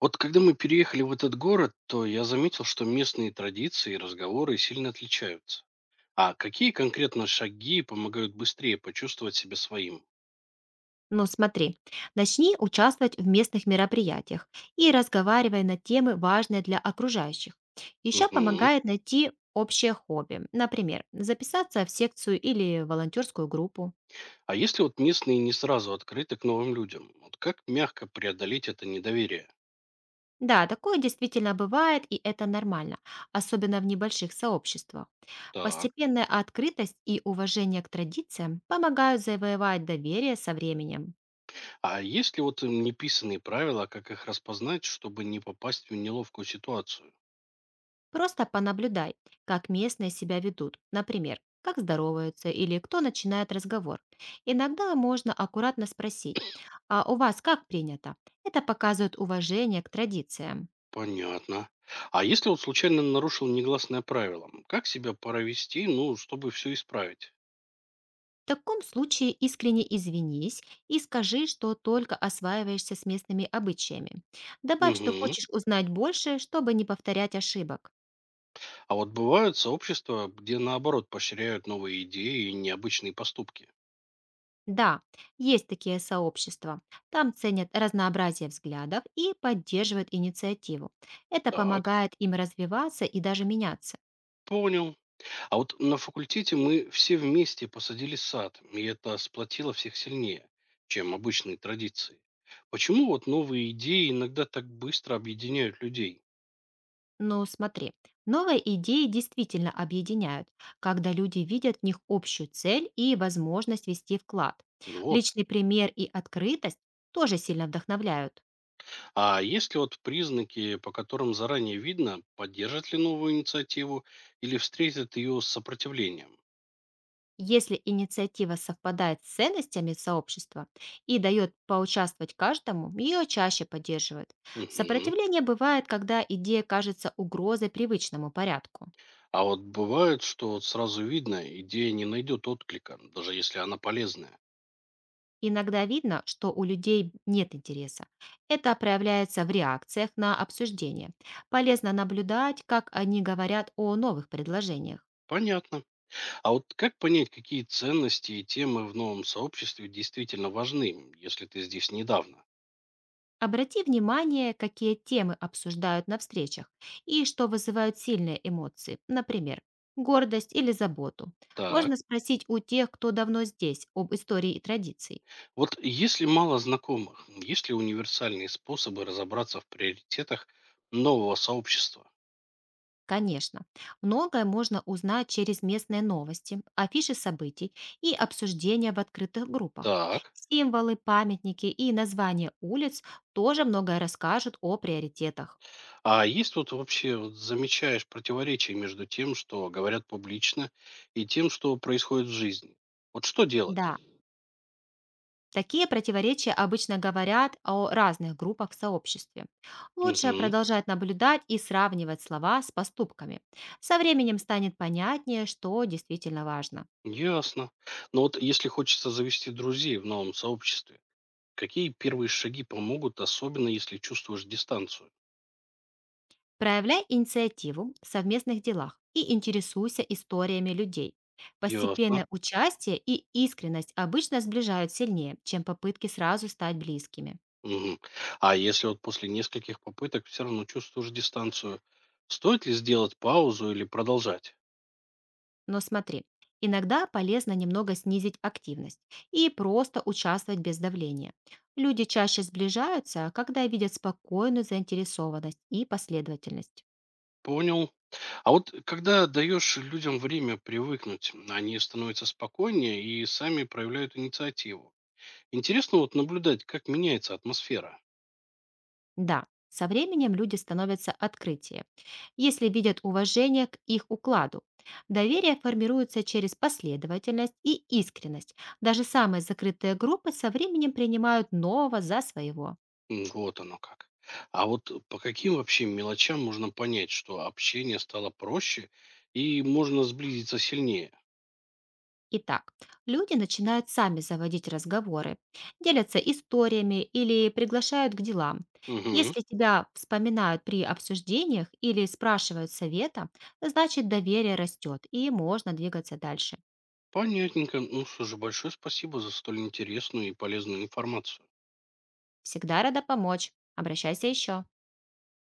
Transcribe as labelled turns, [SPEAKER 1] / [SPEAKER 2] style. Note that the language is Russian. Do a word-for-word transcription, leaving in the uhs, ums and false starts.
[SPEAKER 1] Вот когда мы переехали в этот город, то я заметил, что местные традиции и разговоры сильно отличаются. А какие конкретно шаги помогают быстрее почувствовать себя своим?
[SPEAKER 2] Но смотри, начни участвовать в местных мероприятиях и разговаривай на темы, важные для окружающих. Еще
[SPEAKER 1] Мгм.
[SPEAKER 2] помогает найти общее хобби, например, записаться в секцию или волонтерскую группу.
[SPEAKER 1] А если вот местные не сразу открыты к новым людям, вот как мягко преодолеть это недоверие?
[SPEAKER 2] Да, такое действительно бывает, и это нормально, особенно в небольших сообществах.
[SPEAKER 1] Так.
[SPEAKER 2] Постепенная открытость и уважение к традициям помогают завоевать доверие со временем.
[SPEAKER 1] А есть ли вот им неписанные правила, как их распознать, чтобы не попасть в неловкую ситуацию?
[SPEAKER 2] Просто понаблюдай, как местные себя ведут, например, как здороваются или кто начинает разговор. Иногда можно аккуратно спросить, а у вас как принято? Это показывает уважение к традициям.
[SPEAKER 1] Понятно. А если вот случайно нарушил негласное правило, как себя пора вести, ну, чтобы все исправить?
[SPEAKER 2] В таком случае искренне извинись и скажи, что только осваиваешься с местными обычаями. Добавь, что
[SPEAKER 1] Мгм.
[SPEAKER 2] хочешь узнать больше, чтобы не повторять ошибок.
[SPEAKER 1] А вот бывают сообщества, где наоборот поощряют новые идеи и необычные поступки.
[SPEAKER 2] Да, есть такие сообщества. Там ценят разнообразие взглядов и поддерживают инициативу. Это
[SPEAKER 1] Так,
[SPEAKER 2] помогает им развиваться и даже меняться.
[SPEAKER 1] понял. А вот на факультете мы все вместе посадили сад, и это сплотило всех сильнее, чем обычные традиции. Почему вот новые идеи иногда так быстро объединяют людей?
[SPEAKER 2] Но смотри, новые идеи действительно объединяют, когда люди видят в них общую цель и возможность вести вклад.
[SPEAKER 1] Вот.
[SPEAKER 2] Личный пример и открытость тоже сильно вдохновляют.
[SPEAKER 1] А есть ли вот признаки, по которым заранее видно, поддержат ли новую инициативу или встретят ее с сопротивлением?
[SPEAKER 2] Если инициатива совпадает с ценностями сообщества и дает поучаствовать каждому, ее чаще поддерживают.
[SPEAKER 1] Мгм.
[SPEAKER 2] Сопротивление бывает, когда идея кажется угрозой привычному порядку.
[SPEAKER 1] А вот бывает, что вот сразу видно, идея не найдет отклика, даже если она полезная.
[SPEAKER 2] Иногда видно, что у людей нет интереса. Это проявляется в реакциях на обсуждение. Полезно наблюдать, как они говорят о новых предложениях.
[SPEAKER 1] Понятно. А вот как понять, какие ценности и темы в новом сообществе действительно важны, если ты здесь недавно?
[SPEAKER 2] Обрати внимание, какие темы обсуждают на встречах и что вызывают сильные эмоции, например, гордость или заботу.
[SPEAKER 1] Так,
[SPEAKER 2] Можно спросить у тех, кто давно здесь, об истории и традиции.
[SPEAKER 1] вот если мало знакомых, есть ли универсальные способы разобраться в приоритетах нового сообщества?
[SPEAKER 2] Конечно, многое можно узнать через местные новости, афиши событий и обсуждения в открытых группах.
[SPEAKER 1] Так,
[SPEAKER 2] Символы, памятники и названия улиц тоже многое расскажут о приоритетах.
[SPEAKER 1] а есть тут вообще, вот замечаешь противоречие между тем, что говорят публично, и тем, что происходит в жизни? Вот что делать?
[SPEAKER 2] Да, такие противоречия обычно говорят о разных группах в сообществе. Лучше
[SPEAKER 1] Мгм.
[SPEAKER 2] продолжать наблюдать и сравнивать слова с поступками. Со временем станет понятнее, что действительно важно.
[SPEAKER 1] Ясно. Но вот если хочется завести друзей в новом сообществе, какие первые шаги помогут, особенно если чувствуешь дистанцию?
[SPEAKER 2] Проявляй инициативу в совместных делах и интересуйся историями людей.
[SPEAKER 1] Ясно.
[SPEAKER 2] Постепенное участие и искренность обычно сближают сильнее, чем попытки сразу стать близкими.
[SPEAKER 1] Мгм. А если вот после нескольких попыток все равно чувствуешь дистанцию, стоит ли сделать паузу или продолжать?
[SPEAKER 2] Но смотри, иногда полезно немного снизить активность и просто участвовать без давления. Люди чаще сближаются, когда видят спокойную заинтересованность и последовательность.
[SPEAKER 1] Понял. А вот когда даешь людям время привыкнуть, они становятся спокойнее и сами проявляют инициативу. Интересно вот наблюдать, как меняется атмосфера.
[SPEAKER 2] Да, со временем люди становятся открытие, если видят уважение к их укладу. Доверие формируется через последовательность и искренность. Даже самые закрытые группы со временем принимают нового за своего.
[SPEAKER 1] М, вот оно как. А вот по каким вообще мелочам можно понять, что общение стало проще и можно сблизиться сильнее?
[SPEAKER 2] Итак, люди начинают сами заводить разговоры, делятся историями или приглашают к делам.
[SPEAKER 1] Мгм.
[SPEAKER 2] Если тебя вспоминают при обсуждениях или спрашивают совета, значит доверие растет и можно двигаться дальше.
[SPEAKER 1] Понятненько. Ну, что слушай, большое спасибо за столь интересную и полезную информацию.
[SPEAKER 2] Всегда рада помочь. Обращайся еще.